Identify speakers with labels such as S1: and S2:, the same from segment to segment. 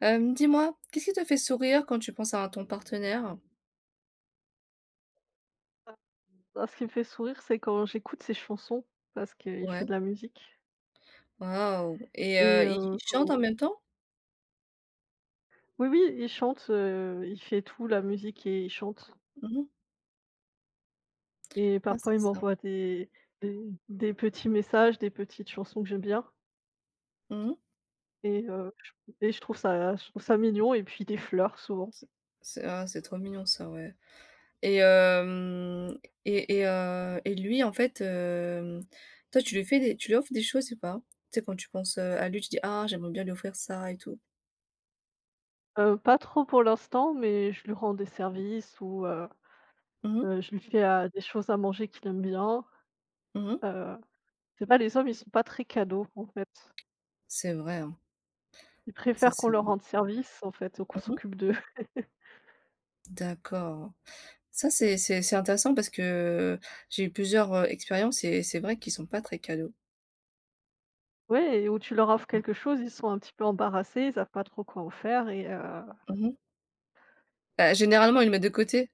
S1: Dis-moi, qu'est-ce qui te fait sourire quand tu penses à ton partenaire?
S2: Bah, ce qui me fait sourire, c'est quand j'écoute ses chansons, parce qu'il fait
S1: Ouais,
S2: de la musique.
S1: waouh,
S2: Et
S1: ils chantent en
S2: quand
S1: même temps?
S2: Oui, oui, il chante, il fait tout, la musique et il chante.
S1: Mmh mh.
S2: Et
S1: Ouais, c'est
S2: parfois il
S1: ça.
S2: m'envoie des des petits messages, des petites chansons que j'aime bien.
S1: Mmh.
S2: et heu, je et je trouve ça mignon et puis des fleurs souvent.
S1: C'est trop mignon ça, ouais, et hem et lui, en fait, toi, tu lui offres des choses ou pas? Tu sais, quand tu penses, à lui, tu dis: «Ah, j'aimerais bien lui offrir ça et tout».
S2: Pas trop pour l'instant, mais je lui rends des services. Ou
S1: Mmh mh.
S2: Je lui fais à des choses à manger qu'il aime bien.
S1: Mmh.
S2: Heu, je pas, Les hommes, ils sont pas très cadeaux, en fait.
S1: C'est vrai, hein.
S2: Ils
S1: Ça,
S2: préfèrent qu'on
S1: c'est
S2: leur
S1: vrai.
S2: rende service en fait, ou qu'on
S1: Mmh.
S2: s'occupe d'eux.
S1: D'accord. Ça, c'est intéressant, parce que j'ai eu plusieurs, expériences et c'est vrai qu'ils sont pas très cadeaux.
S2: Ouais, et où tu leur offres
S1: Mmh.
S2: quelque chose, ils sont un petit peu embarrassés, ils savent pas trop quoi en faire.
S1: Mmh mh. Bah, généralement, ils le mettent de côté.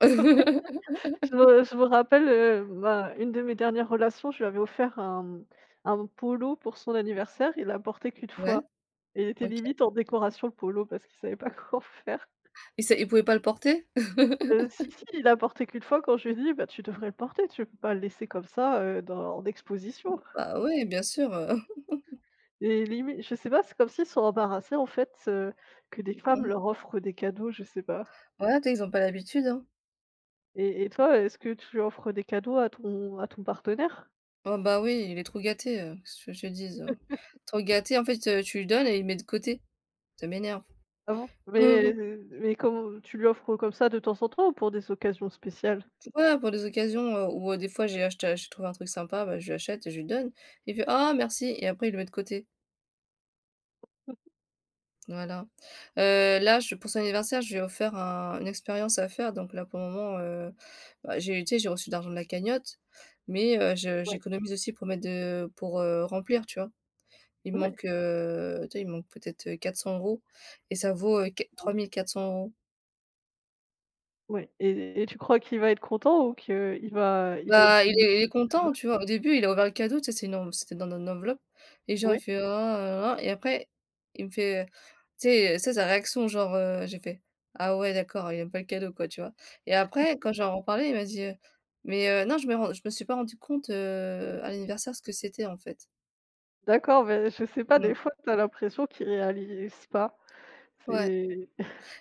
S2: Je me rappelle, ma une de mes dernières relations, je lui avais offert un, un polo pour son anniversaire. Il l'a porté qu'une fois
S1: Ouais,
S2: et il était
S1: OK.
S2: limite en décoration le polo parce qu'il savait pas quoi en faire.
S1: Et c'est ils pouvaient pas le porter?
S2: Si, si, il l'a porté qu'une fois quand je lui ai dit: «Bah, tu devrais le porter, tu peux pas le laisser comme ça, dans en exposition».
S1: Bah, ouais, bien sûr.
S2: Et limi je sais pas, c'est comme s'ils sont embarrassés, en fait, que des
S1: Mmh
S2: femmes
S1: mh.
S2: leur offrent des cadeaux, je sais pas.
S1: Ouais, tu sais, ils ont pas l'habitude, hein.
S2: Et toi, est-ce que tu offres des cadeaux à ton partenaire?
S1: Ah bah, oui, il est trop gâté, qu'est-ce que je te dise? Trop gâté, en fait, tu lui donnes et il met de côté. Ça m'énerve.
S2: Ah bon?
S1: Mmh
S2: Mais
S1: mh.
S2: heu, mais comment tu lui offres comme ça, de temps en temps ou pour des occasions spéciales?
S1: Ouais, pour des occasions, des fois j'ai trouvé un truc sympa, bah, je lui achète et je lui donne. Il fait: «Ah merci» et après il le met de côté. Voilà. Là, je pour son anniversaire, je lui ai offert un une expérience à faire, donc là, pour le moment, bah, j'ai tu sais, j'ai reçu de l'argent de la cagnotte, mais je
S2: Ouais,
S1: j'économise aussi pour mettre de pour, remplir, tu vois? Il me
S2: ouais,
S1: manque, tu sais, il me manque peut-être, 400 euros, et ça vaut, qu 3 400 euros.
S2: ouais, et tu crois qu'il va être content ou qu'il va être
S1: Bah, il est il est content, tu vois? Au début, il a ouvert le cadeau, tu sais, c'était dans une enveloppe, et genre
S2: ouais?
S1: il fait: «Oh là là», et après il me fait, tu sais, ça sa réaction genre, j'ai fait: «Ah ouais d'accord, il aime pas le cadeau quoi», tu vois? Et après, quand j'en reparlais, il m'a dit: «Mais, non, je me suis pas rendu compte, à l'anniversaire ce que c'était, en fait».
S2: D'accord, mais je sais pas, des
S1: Mmh.
S2: fois, tu as l'impression qu'ils réalisent pas.
S1: Ouais,
S2: C'est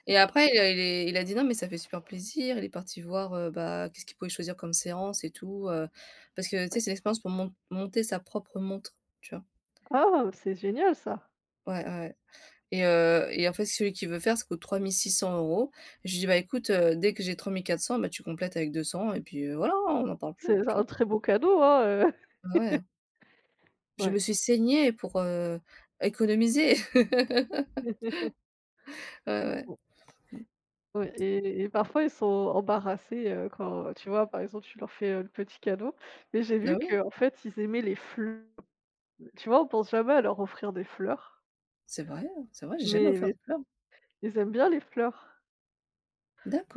S1: et après il a dit: «Non mais ça fait super plaisir». Il est parti voir, bah, qu'est-ce qu'il pouvait choisir comme séance et tout, parce que tu sais,
S2: Ouais.
S1: c'est l'expérience pour monter sa propre montre, tu vois?
S2: Ah! C'est génial ça!
S1: Ouais, ouais, ouais. Et en fait, celui qui veut faire, ça coûte 3 600 euros. Je lui dis: «Bah, écoute, dès que j'ai 3 400, bah, tu complètes avec 200 et puis, voilà, hein, on n'en parle plus»,
S2: C'est
S1: tu
S2: un
S1: vois?
S2: très beau cadeau, hein, heu,
S1: Bah, ouais, je
S2: ouais.
S1: me suis saignée pour, économiser. Ouais, ouais.
S2: O Ouais, et parfois ils sont embarrassés, quand, tu vois, par exemple, tu leur fais, le petit cadeau. Mais j'ai vu
S1: Bah, oui,
S2: que en fait, ils aimaient les fleurs. Tu vois, on pense jamais à leur offrir des fleurs,
S1: c'est vrai, hein, c'est vrai, j'ai jamais
S2: mais
S1: offert
S2: mais
S1: de fleurs.
S2: ils aiment bien les fleurs.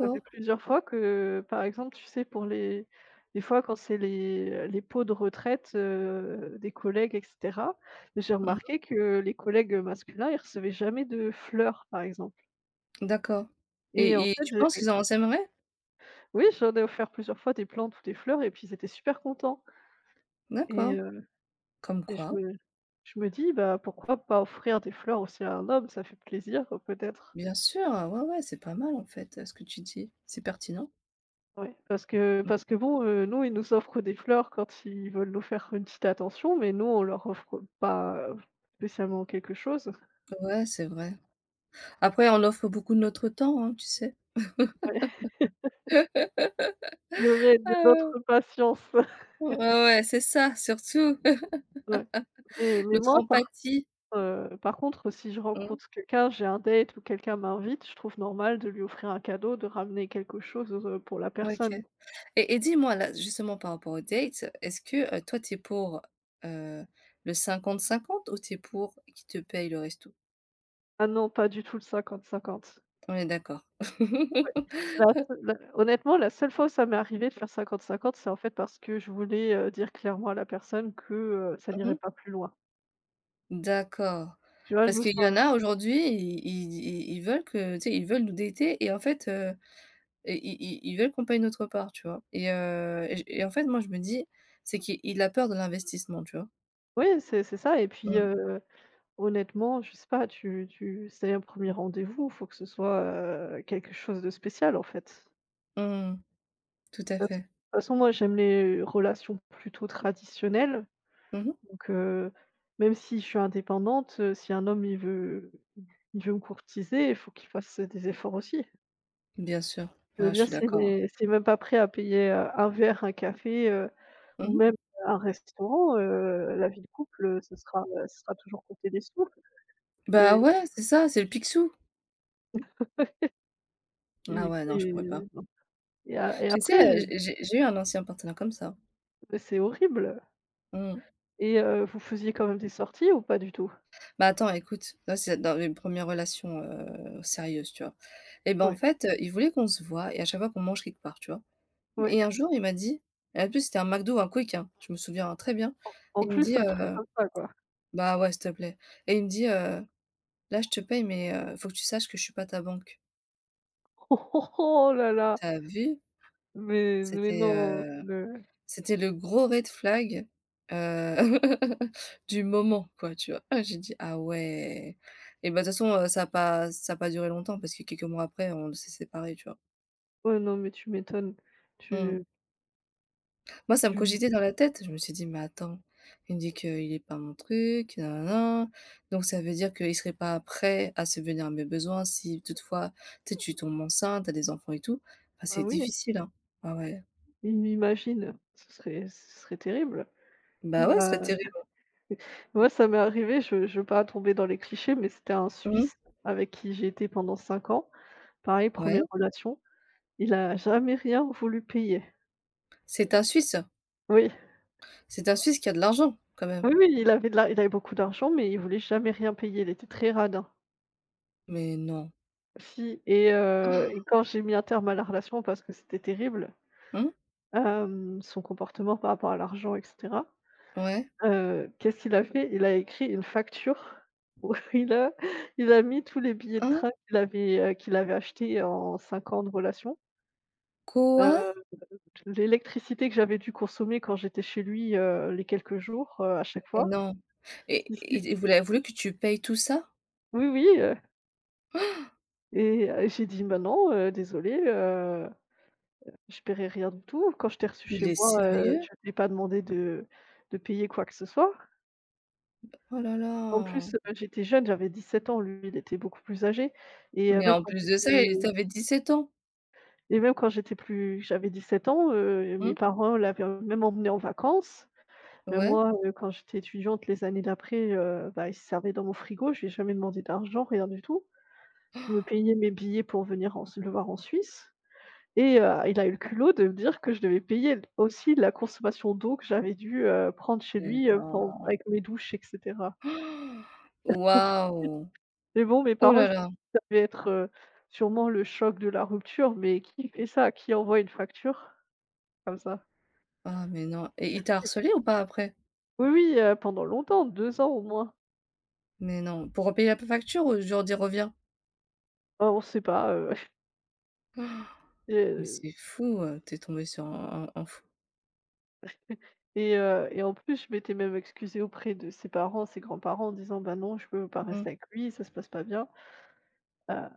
S2: Ça fait plusieurs fois que, par exemple, tu sais, pour les des fois quand c'est les pots de retraite, des collègues et cetera, j'ai
S1: Mmh.
S2: remarqué que les collègues masculins, ils recevaient jamais de fleurs, par exemple.
S1: D'accord,
S2: Et en
S1: et
S2: fait,
S1: tu penses
S2: j'ai
S1: qu'ils en s'aimeraient?
S2: oui, j'en ai offert plusieurs fois des plantes ou des fleurs et puis ils étaient super contents. Et
S1: D'accord.
S2: heu
S1: Comme
S2: et je
S1: quoi,
S2: me je me dis: «Bah, pourquoi pas offrir des fleurs aussi à un homme? Ça fait plaisir, peut-être».
S1: bien sûr, ouais, ouais, c'est pas mal, en fait, ce que tu dis. C'est pertinent.
S2: Ouais, parce que
S1: Mmh.
S2: parce que bon, nous, ils nous offrent des fleurs quand ils veulent nous faire une petite attention, mais nous, on leur offre pas, spécialement quelque chose.
S1: Ouais, c'est vrai. Après, on offre beaucoup de notre temps, hein, tu sais?
S2: Ouais, il y de
S1: Ah.
S2: notre patience.
S1: Ouais, ouais, c'est ça, surtout
S2: Ouais. Mais mais
S1: notre
S2: moi, par,
S1: empathie.
S2: heu, par contre, si je
S1: Mmh,
S2: rencontre quelqu'un, j'ai un date ou quelqu'un m'invite, je trouve normal de lui offrir un cadeau, de ramener quelque chose, pour la
S1: OK,
S2: personne.
S1: et dis-moi là, justement par rapport aux dates, est-ce que, toi, tu es pour, heu, le 50/50, ou tu es pour qui te paye le resto?
S2: Ah non, pas du tout le cinquante cinquante.
S1: On est d'accord.
S2: Ouais. La seu la Honnêtement, la seule fois où ça m'est arrivé de faire cinquante cinquante, c'est en fait parce que je voulais, dire clairement à la personne que, ça n'irait
S1: Mmh,
S2: pas plus loin.
S1: d'accord.
S2: Tu vois? Je
S1: Parce
S2: me
S1: qu'il y en
S2: sens
S1: a aujourd'hui, ils veulent que tu sais, ils veulent nous dater, et en fait, i i ils ils veulent qu'on paye notre part, tu vois? Et en fait, moi, je me dis, c'est qu'il a peur de l'investissement, tu vois?
S2: Oui, c'est ça. Et puis,
S1: Mmh.
S2: honnêtement, je sais pas, tu tu c'est un premier rendez-vous, il faut que ce soit, quelque chose de spécial, en fait.
S1: Mmh. Tout à
S2: De toute
S1: fait.
S2: façon moi, j'aime les relations plutôt traditionnelles.
S1: Mmh mh.
S2: Donc même si je suis indépendante, si un homme, il veut me courtiser, il faut qu'il fasse des efforts aussi.
S1: Bien sûr.
S2: Je veux
S1: Ouais, je
S2: dire,
S1: suis d'accord.
S2: c'est même pas prêt à payer, un verre, un café,
S1: Mmh
S2: ou
S1: mh.
S2: même un restaurant. La vie de couple, ce sera toujours compter des sous.
S1: Bah,
S2: et
S1: ouais, c'est ça, c'est le Picsou. Ah
S2: et
S1: ouais, non, je
S2: et
S1: pourrais pas.
S2: non, et
S1: Tu sais,
S2: après,
S1: heu, j'ai eu un ancien partenaire comme ça.
S2: c'est horrible.
S1: Mmh.
S2: Vous faisiez quand même des sorties ou pas du tout?
S1: Bah, attends, écoute, là, c'est dans les premières relations, sérieuses, tu vois? Et ben, en
S2: Ouais,
S1: fait, il voulait qu'on se voie, et à chaque fois qu'on mange quelque part, tu vois?
S2: ouais.
S1: Et un jour, il m'a dit, et en plus c'était un McDo, un Quick, hein, je me souviens, hein, très bien.
S2: En
S1: Il me
S2: plus,
S1: dit,
S2: un truc
S1: heu:
S2: comme ça, quoi.
S1: «Bah, ouais, s'il te plaît», et il me dit: «Là, je te paye, mais, faut que tu saches que je suis pas ta banque».
S2: Oh là là!
S1: Tu as vu?
S2: Mais
S1: C'était,
S2: non,
S1: heu
S2: le
S1: C'était le gros red flag, heu, du moment quoi, tu vois? Ah, j'ai dit: «Ah ouais», et bah, de toute façon, ça a pas duré longtemps, parce que quelques mois après, on s'est séparés, tu vois?
S2: ouais, non, mais tu m'étonnes.
S1: Mmh.
S2: Tu
S1: Moi, ça me
S2: tu
S1: cogitait dans la tête. Je me suis dit: «Mais attends, il me dit qu'il est pas mon truc, na donc ça veut dire qu'il serait pas prêt à se venir à mes besoins si toutefois, tu sais, tu tombes enceinte, t'as des enfants et tout». Enfin,
S2: Bah
S1: c'est
S2: oui,
S1: difficile, hein. Ah ouais.
S2: i imagine, ce serait terrible. Il
S1: Bah ouais, ce serait
S2: va
S1: terrible.
S2: Ouais, ça m'est arrivé, je veux pas tomber dans les clichés, mais c'était un
S1: Mmh.
S2: Suisse avec qui j'ai été pendant 5 ans. Pareil, première
S1: Ouais.
S2: relation, il a jamais rien voulu payer.
S1: C'est un Suisse.
S2: Oui,
S1: C'est un Suisse qui a de l'argent quand même?
S2: oui, oui, il avait beaucoup d'argent, mais il voulait jamais rien payer, il était très radin.
S1: Mais non.
S2: Si, et quand j'ai mis un terme à la relation parce que c'était terrible,
S1: Mmh?
S2: son comportement par rapport à l'argent et cetera,
S1: Ouais?
S2: qu'est-ce qu'il a fait? Il a écrit une facture où il a mis tous les billets de
S1: Hein?
S2: train qu'il avait achetés en 5 ans de relation.
S1: Quoi?
S2: Heu, L'électricité que j'avais dû consommer quand j'étais chez lui, les quelques jours, à chaque
S1: Mais
S2: fois.
S1: non. Et
S2: Si, si.
S1: il voulait voulu que tu payes tout ça?
S2: Oui, oui. Et j'ai dit: «Bah non, désolé, je paierai rien du tout. Quand je t'ai reçu chez
S1: Il est
S2: moi,
S1: sérieux?
S2: je t'ai pas demandé de payer quoi que ce soit».
S1: Oh là
S2: En
S1: là!
S2: plus, j'étais jeune, j'avais 17 ans, lui, il était beaucoup plus âgé. et heu,
S1: Mais
S2: même
S1: en
S2: quand
S1: plus de ça,
S2: j'étais
S1: il tu 17 ans?
S2: Même quand j'étais plus, j'avais 17 ans, mes
S1: Mmh?
S2: parents l'avaient même emmené en vacances. Bah,
S1: Ouais?
S2: moi, quand j'étais étudiante, les années d'après, bah, ils se servaient dans mon frigo. Je n'ai jamais demandé d'argent, rien du tout. Je me payais mes billets pour venir en le voir en Suisse, il a eu le culot de me dire que je devais payer aussi la consommation d'eau que j'avais dû, prendre chez
S1: Mais
S2: lui, pen
S1: attends.
S2: avec mes douches et cetera.
S1: Waouh!
S2: Mais bon, mes
S1: Oh
S2: parents, ils
S1: là
S2: sont
S1: là!
S2: ça devait être, sûrement le choc de la rupture, mais qui fait ça? Qui envoie une facture comme ça?
S1: Ah mais non, et il t'a harcelé ou pas après?
S2: Oui, oui, pendant longtemps, 2 ans au moins.
S1: Mais non. Pour repayer la facture, ou genre dit: «Reviens»?
S2: Bah, on ne sait pas,
S1: Mais c'est fou, tu es tombé sur un fou.
S2: Et en plus, je m'étais même excusée auprès de ses parents, ses grands-parents en disant: «Bah non, je peux pas
S1: Mmh.
S2: rester avec lui, ça se passe pas bien». Heu,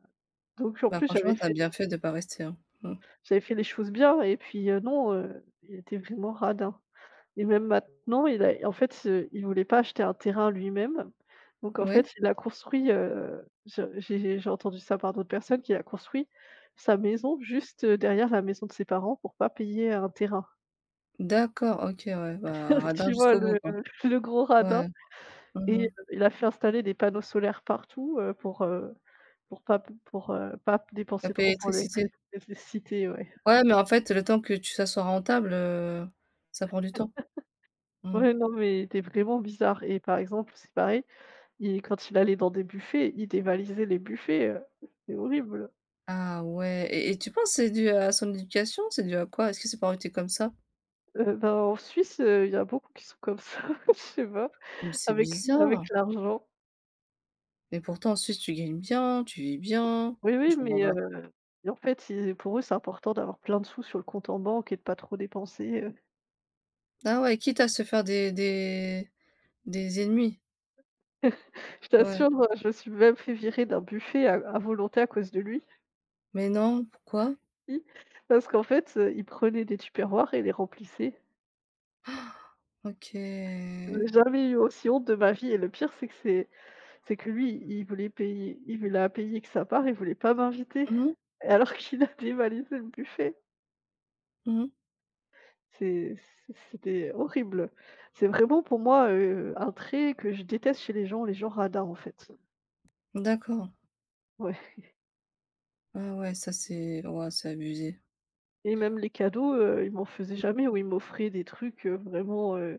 S2: donc en
S1: Bah,
S2: plus, j'avais
S1: franchement, tu as
S2: fait
S1: bien fait de pas rester, hein. Mmh.
S2: j'avais fait les choses bien et puis, non, il était vraiment radin. Et même maintenant, il a en fait, il voulait pas acheter un terrain lui-même. Donc en fait,
S1: Oui?
S2: il a construit, je j'ai entendu ça par d'autres personnes, qu'il a construit sa maison juste, derrière la maison de ses parents pour pas payer un terrain.
S1: D'accord, OK, ouais, bah, radin
S2: Tu vois
S1: jusqu'au bout,
S2: le
S1: quoi.
S2: le gros radin?
S1: Ouais. Mmh mh.
S2: Il a fait installer des panneaux solaires partout, pour pas dépenser
S1: Cap
S2: trop pour
S1: électricité.
S2: l'électricité, ouais.
S1: Ouais, mais en fait, le temps que tu ça soit rentable, ça prend du temps. Mmh.
S2: Ouais, non, mais il était vraiment bizarre. Et par exemple, c'est pareil, il quand il allait dans des buffets, il dévalisait les buffets, c'est horrible.
S1: Ah ouais, et tu penses c'est dû à son éducation? C'est dû à quoi? Est-ce que ses parents étaient comme ça?
S2: Ben, en Suisse, il y a beaucoup qui sont comme ça, je sais pas,
S1: Mais c'est
S2: avec
S1: bizarre.
S2: l'argent.
S1: Mais pourtant en Suisse, tu gagnes bien, tu vis bien.
S2: Oui, oui,
S1: Je comprends
S2: mais
S1: pas.
S2: et en fait, ils pour eux, c'est important d'avoir plein de sous sur le compte en banque et de pas trop dépenser.
S1: Ah ouais, quitte à se faire des ennemis?
S2: Je
S1: Ouais.
S2: t'assure, je me suis même fait virer d'un buffet à volonté à cause de lui,
S1: Mais non, pourquoi?
S2: parce qu'en fait, il prenait des tupperwares et les remplissait.
S1: OK.
S2: J'ai jamais eu aussi honte de ma vie. Et le pire, c'est que lui, il voulait payer, il voulait à payer que sa part, il voulait pas m'inviter.
S1: Mmh mh,
S2: Et alors qu'il a dévalisé le buffet.
S1: mmh mh.
S2: C'était horrible. C'est vraiment pour moi, un trait que je déteste chez les gens radins, en fait.
S1: D'accord.
S2: Ouais,
S1: Ah ouais, ça c'est ouais, c'est abusé.
S2: et même les cadeaux, il m'en faisait jamais, ou il m'offrait des trucs, vraiment,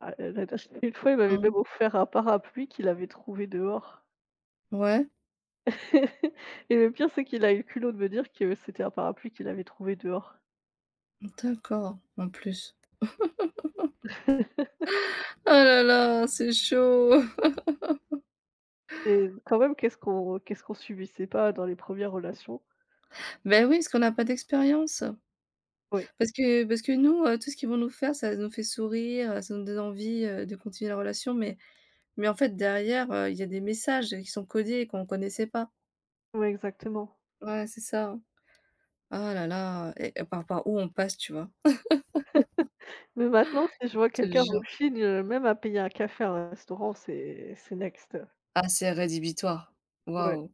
S2: ah, la dernière une fois, il m'avait même
S1: Mmh.
S2: offert un parapluie qu'il avait trouvé dehors.
S1: Ouais?
S2: Et le pire, c'est qu'il a eu le culot de me dire que c'était un parapluie qu'il avait trouvé dehors.
S1: D'accord, en plus. Oh là là, c'est chaud!
S2: Et quand même, qu'est-ce qu'on subissait pas dans les premières relations?
S1: Ben oui, parce qu'on n'a pas d'expérience.
S2: Oui.
S1: Parce que nous, tout ce qu'ils vont nous faire, ça nous fait sourire, ça nous donne envie, de continuer la relation, mais en fait derrière, il y a des messages qui sont codés et qu'on ne connaissait pas.
S2: Oui, exactement.
S1: Ouais, c'est ça. Ah là là, et par où on passe, tu vois?
S2: Mais maintenant, si je vois
S1: Je te
S2: quelqu'un
S1: jure.
S2: rechigne, même à payer un café à un restaurant, c'est next.
S1: Ah, c'est rédhibitoire.
S2: Ouais,
S1: Waouh!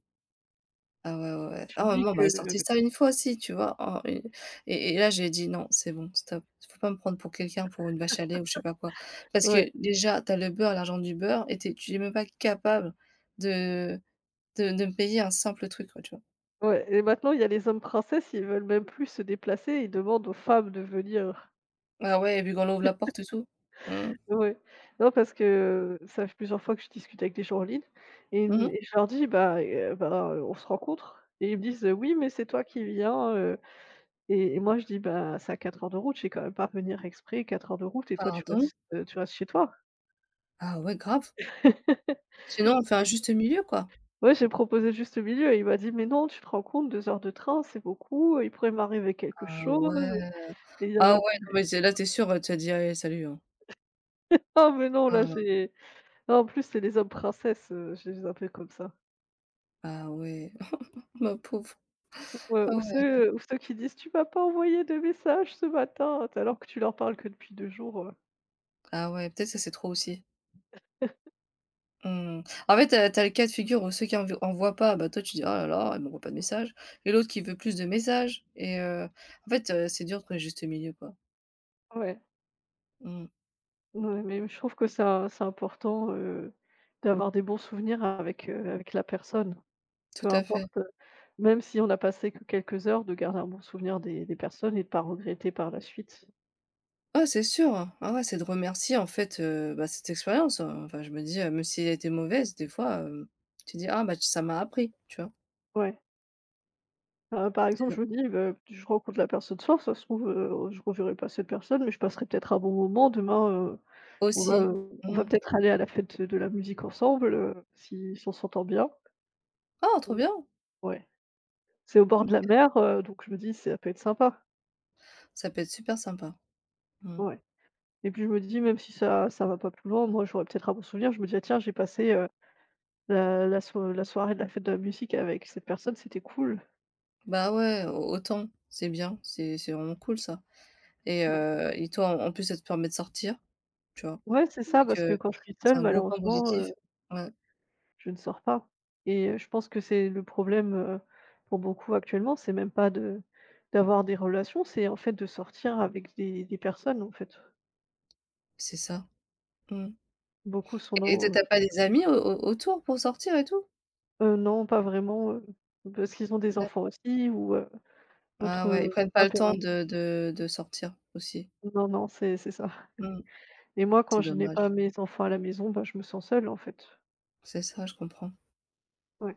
S1: Ah ouais, ouais, ouais.
S2: tu
S1: Ah,
S2: dis
S1: maman
S2: que
S1: m'avait sorti ça une fois aussi, tu vois? Oh, et là, j'ai dit: «Non, c'est bon, stop. Faut pas me prendre pour quelqu'un, pour une vache à lait ou je sais pas quoi». Parce que
S2: ouais,
S1: déjà, t'as le beurre, l'argent du beurre, et t'es tu es même pas capable de me payer un simple truc, quoi, tu vois?
S2: ouais, et maintenant, il y a les hommes princesses, ils veulent même plus se déplacer, ils demandent aux femmes de venir.
S1: Ah ouais, et puis quand on ouvre la porte et tout. Mmh.
S2: Ouais. Non, parce que ça fait plusieurs fois que je discute avec des gens en ligne. et n
S1: Mmh.
S2: et je leur dis: «Bah, ben, on se rencontre?» Et ils me disent: «Oui, mais c'est toi qui viens,» Et moi je dis: «Bah, c'est à 4 heures de route, je vais quand même pas venir exprès 4 heures de route et toi
S1: Pardon?
S2: tu restes chez toi».
S1: Ah ouais, grave. Sinon, on fait un juste milieu, quoi.
S2: Ouais, j'ai proposé le juste le milieu et il m'a dit: «Mais non, tu te rends compte, 2 heures de train, c'est beaucoup, il pourrait m'arriver quelque
S1: Ah
S2: chose».
S1: ouais.
S2: Et il y en
S1: Ah
S2: a.
S1: ouais, non mais c'est là, t'es sûr, tu as dit: «Allez, salut, hein».
S2: Ah, mais non, là,
S1: Oh là,
S2: j'ai non, en plus c'est les hommes princesses, je les appelle comme ça.
S1: ah ouais, ma pauvre.
S2: Ou, heu,
S1: Ah
S2: ou
S1: ouais.
S2: ceux ou ceux qui disent: «Tu m'as pas envoyé de message ce matin», alors que tu leur parles que depuis 2 jours.
S1: Ah ouais, peut-être ça, c'est trop aussi. Mmh. En fait, t'as as tu as le cas de figure où ceux qui en envoient pas, bah, toi tu dis: «Oh là là, elle m'envoie pas de message», et l'autre qui veut plus de messages. En fait, c'est dur de trouver le juste milieu, quoi.
S2: Ouais,
S1: Mmh.
S2: ouais, mais je trouve que ça, c'est important, d'avoir des bons souvenirs avec la personne. Peu
S1: Tout à fait.
S2: importe, même si on a passé que quelques heures, de garder un bon souvenir des personnes et de pas regretter par la suite.
S1: Ah, c'est sûr! Hein. Ah ouais, c'est de remercier en fait, bah, cette expérience, enfin je me dis, même si elle était mauvaise des fois, tu dis: «Ah bah, ça m'a appris», tu vois?
S2: Ouais. Par
S1: C'est
S2: exemple,
S1: drôle.
S2: je me dis: «Beh, je rencontre la personne ce soir, ça se trouve, je reverrai pas cette personne, mais je passerai peut-être un bon moment demain, heu» On va,
S1: Aussi.
S2: heu, on va
S1: Mmh.
S2: peut-être aller à la fête de la musique ensemble, si on s'entend bien.
S1: Ah, trop
S2: Mmh.
S1: bien!
S2: Ouais. C'est au bord
S1: Mmh.
S2: de la mer, donc je me dis: «Ça peut être sympa».
S1: Ça peut être super sympa. Mmh.
S2: Ouais, et puis je me dis, même si ça va pas plus loin, moi j'aurais peut-être un bon souvenir. Je me dis: «Ah tiens, j'ai passé, la soirée de la fête de la musique avec cette personne, c'était cool».
S1: Bah, ouais, au autant, c'est bien, c'est vraiment cool ça, et
S2: Ouais.
S1: heu et toi en plus ça te permet de sortir. Tu vois?
S2: Ouais, c'est
S1: Je me
S2: ça,
S1: dis
S2: parce que
S1: que
S2: quand je suis
S1: c'est
S2: seule,
S1: un gros point
S2: malheureusement,
S1: positif. Ouais,
S2: je ne sors pas. Je pense que c'est le problème, pour beaucoup actuellement, c'est même pas de d'avoir des relations, c'est en fait de sortir avec des personnes, en fait.
S1: c'est ça. Mmh,
S2: Beaucoup sont
S1: et tu
S2: dans, heu
S1: as pas des amis au au autour pour sortir et tout?
S2: non, pas vraiment, parce qu'ils ont des enfants
S1: D'accord.
S2: aussi ou, d'autres,
S1: Ah ouais, ils prennent pas le temps
S2: impératifs.
S1: de sortir aussi.
S2: Non, non, c'est ça.
S1: Mmh.
S2: Et moi quand
S1: C'est
S2: je n'ai pas
S1: dommage.
S2: mes enfants à la maison, bah, je me sens seule en fait.
S1: C'est ça, je comprends.
S2: Ouais.